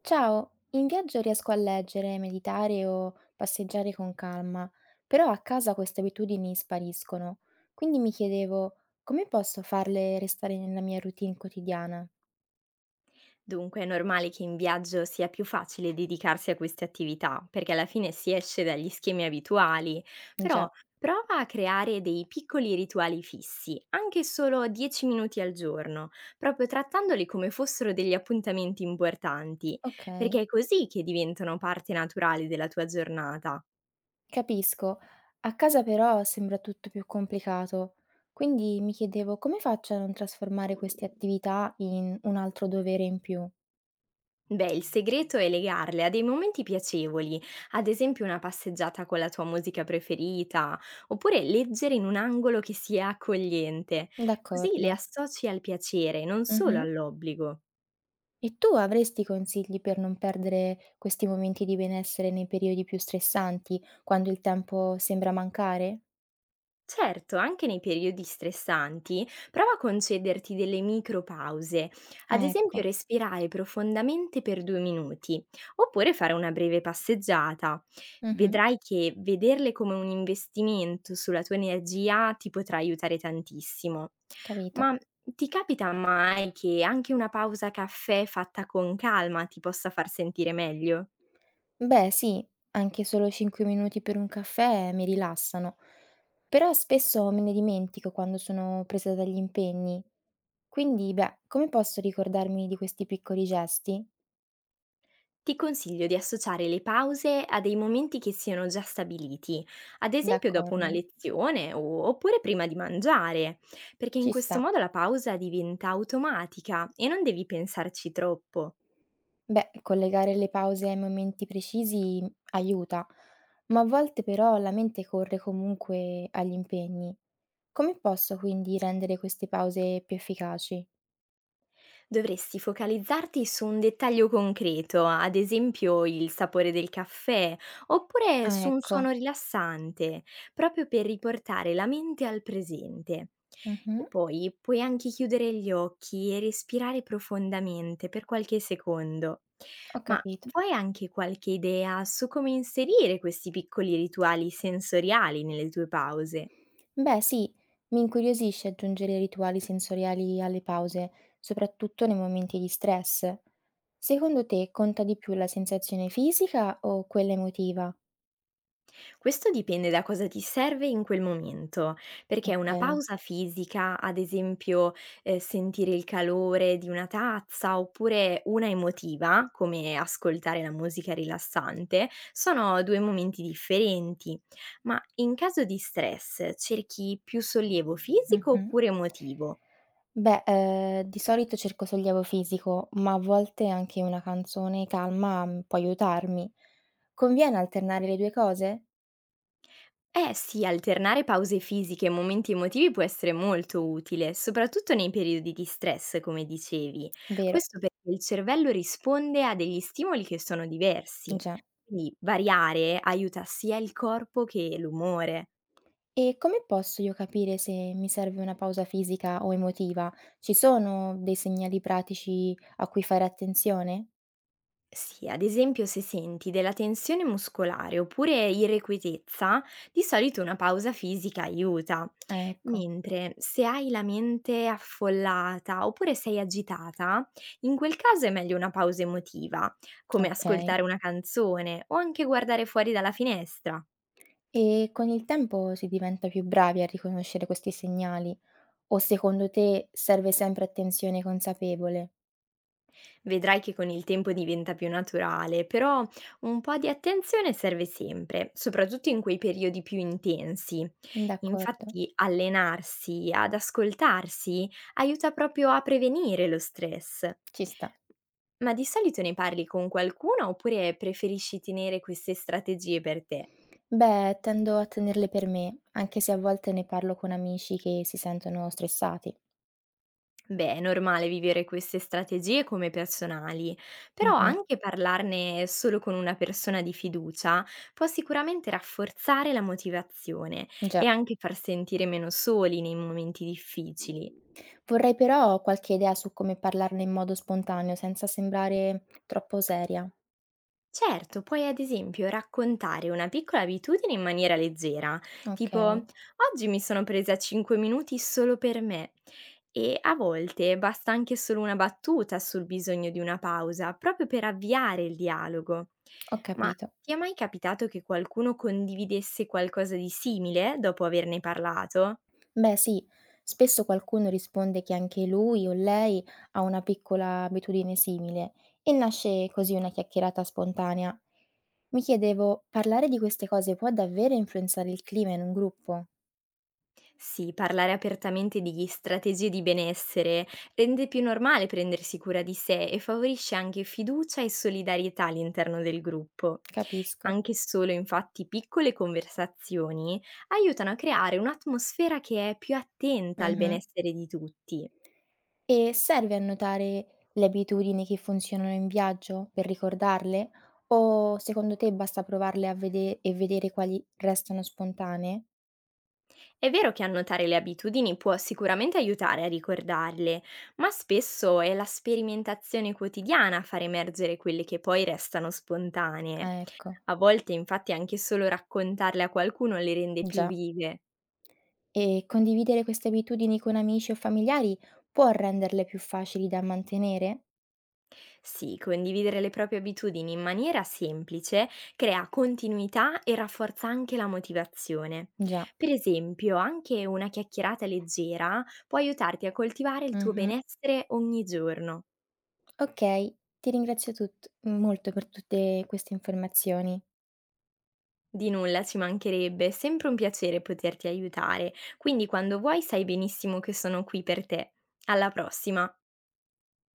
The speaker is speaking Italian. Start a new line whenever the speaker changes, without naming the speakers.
Ciao, in viaggio riesco a leggere, meditare o passeggiare con calma, però a casa queste abitudini spariscono. Quindi mi chiedevo come posso farle restare nella mia routine quotidiana?
Dunque è normale che in viaggio sia più facile dedicarsi a queste attività, perché alla fine si esce dagli schemi abituali,
Già,
però prova a creare dei piccoli rituali fissi, anche solo 10 minuti al giorno, proprio trattandoli come fossero degli appuntamenti importanti,
ok,
perché è così che diventano parte naturale della tua giornata.
capisco. A casa però sembra tutto più complicato. Quindi mi chiedevo come faccio a non trasformare queste attività in un altro dovere in più.
Beh, il segreto è legarle a dei momenti piacevoli, ad esempio una passeggiata con la tua musica preferita, oppure leggere in un angolo che sia accogliente. Così le
D'accordo.
associ al piacere, non solo
Mhm.
all'obbligo.
E tu avresti consigli per non perdere questi momenti di benessere nei periodi più stressanti, quando il tempo sembra mancare?
Certo, anche nei periodi stressanti, prova a concederti delle micropause, ad
Ah,
esempio
ecco.
respirare profondamente per 2 minuti, oppure fare una breve passeggiata.
Mh-mh.
Vedrai che vederle come un investimento sulla tua energia ti potrà aiutare tantissimo.
Capito.
Ma ti capita mai che anche una pausa caffè fatta con calma ti possa far sentire meglio?
Beh, sì, anche solo 5 minuti per un caffè mi rilassano, però spesso me ne dimentico quando sono presa dagli impegni. Quindi, beh, come posso ricordarmi di questi piccoli gesti?
Ti consiglio di associare le pause a dei momenti che siano già stabiliti, ad esempio dopo una
D'accordo,
oppure prima di mangiare, perché in
ci
questo
sta.
modo la pausa diventa automatica e non devi pensarci troppo.
Beh, collegare le pause ai momenti precisi aiuta, ma a volte però la mente corre comunque agli impegni. Come posso quindi rendere queste pause più efficaci?
Dovresti focalizzarti su un dettaglio concreto, ad esempio il sapore del caffè, oppure
Ah,
su un
ecco.
suono rilassante, proprio per riportare la mente al presente.
Mhm,
E poi puoi anche chiudere gli occhi e respirare profondamente per qualche secondo.
ho
Ma
capito.
vuoi anche qualche idea su come inserire questi piccoli rituali sensoriali nelle tue pause?
Beh, sì, mi incuriosisce aggiungere rituali sensoriali alle pause, soprattutto nei momenti di stress. Secondo te conta di più la sensazione fisica o quella emotiva?
Questo dipende da cosa ti serve in quel momento, perché
Ok.
una pausa fisica, ad esempio, sentire il calore di una tazza, oppure una emotiva, come ascoltare la musica rilassante, sono 2 momenti differenti. Ma in caso di stress cerchi più sollievo fisico
Mhm.
oppure emotivo?
Beh, di solito cerco sollievo fisico, ma a volte anche una canzone calma, può aiutarmi. Conviene alternare le 2 cose?
Eh sì, alternare pause fisiche e momenti emotivi può essere molto utile, soprattutto nei periodi di stress, come dicevi.
Vero,
Questo perché il cervello risponde a degli stimoli che sono diversi.
già.
Quindi variare aiuta sia il corpo che l'umore.
E come posso io capire se mi serve una pausa fisica o emotiva? Ci sono dei segnali pratici a cui fare attenzione?
Sì, ad esempio se senti della tensione muscolare oppure irrequietezza, di solito una pausa fisica aiuta.
Ah, ecco,
Mentre se hai la mente affollata oppure sei agitata, in quel caso è meglio una pausa emotiva, come
okay.
ascoltare una canzone o anche guardare fuori dalla finestra.
E con il tempo si diventa più bravi a riconoscere questi segnali o secondo te serve sempre attenzione consapevole?
Vedrai che con il tempo diventa più naturale, però un po' di attenzione serve sempre, soprattutto in quei periodi più intensi.
D'accordo,
Infatti allenarsi ad ascoltarsi aiuta proprio a prevenire lo stress.
ci sta.
Ma di solito ne parli con qualcuno oppure preferisci tenere queste strategie per te?
Beh, tendo a tenerle per me, anche se a volte ne parlo con amici che si sentono stressati.
Beh, è normale vivere queste strategie come personali, però
Mh-mh.
anche parlarne solo con una persona di fiducia può sicuramente rafforzare la motivazione e
Già.
anche far sentire meno soli nei momenti difficili.
Vorrei però qualche idea su come parlarne in modo spontaneo, senza sembrare troppo seria.
Certo, puoi ad esempio raccontare una piccola abitudine in maniera leggera, tipo
Okay,
oggi mi sono presa 5 minuti solo per me e a volte basta anche solo una battuta sul bisogno di una pausa, proprio per avviare il dialogo.
ho
Ma
capito.
ti è mai capitato che qualcuno condividesse qualcosa di simile dopo averne parlato?
Beh, sì, spesso qualcuno risponde che anche lui o lei ha una piccola abitudine simile e nasce così una chiacchierata spontanea. Mi chiedevo, parlare di queste cose può davvero influenzare il clima in un gruppo?
Sì, parlare apertamente di strategie di benessere rende più normale prendersi cura di sé e favorisce anche fiducia e solidarietà all'interno del gruppo.
Capisco.
Anche solo infatti piccole conversazioni aiutano a creare un'atmosfera che è più attenta al
Mh-mh.
benessere di tutti.
E serve annotare le abitudini che funzionano in viaggio per ricordarle? O secondo te basta provarle a vede e vedere quali restano spontanee?
È vero che annotare le abitudini può sicuramente aiutare a ricordarle, ma spesso è la sperimentazione quotidiana a far emergere quelle che poi restano spontanee.
Ah, ecco,
A volte infatti anche solo raccontarle a qualcuno le rende più
già.
vive.
E condividere queste abitudini con amici o familiari può renderle più facili da mantenere?
Sì, condividere le proprie abitudini in maniera semplice crea continuità e rafforza anche la motivazione.
Già.
Per esempio, anche una chiacchierata leggera può aiutarti a coltivare il tuo
Mh-mh.
benessere ogni giorno.
Ok, ti ringrazio tut molto per tutte queste informazioni.
Di nulla ci mancherebbe, è sempre un piacere poterti aiutare, quindi quando vuoi sai benissimo che sono qui per te. Alla prossima!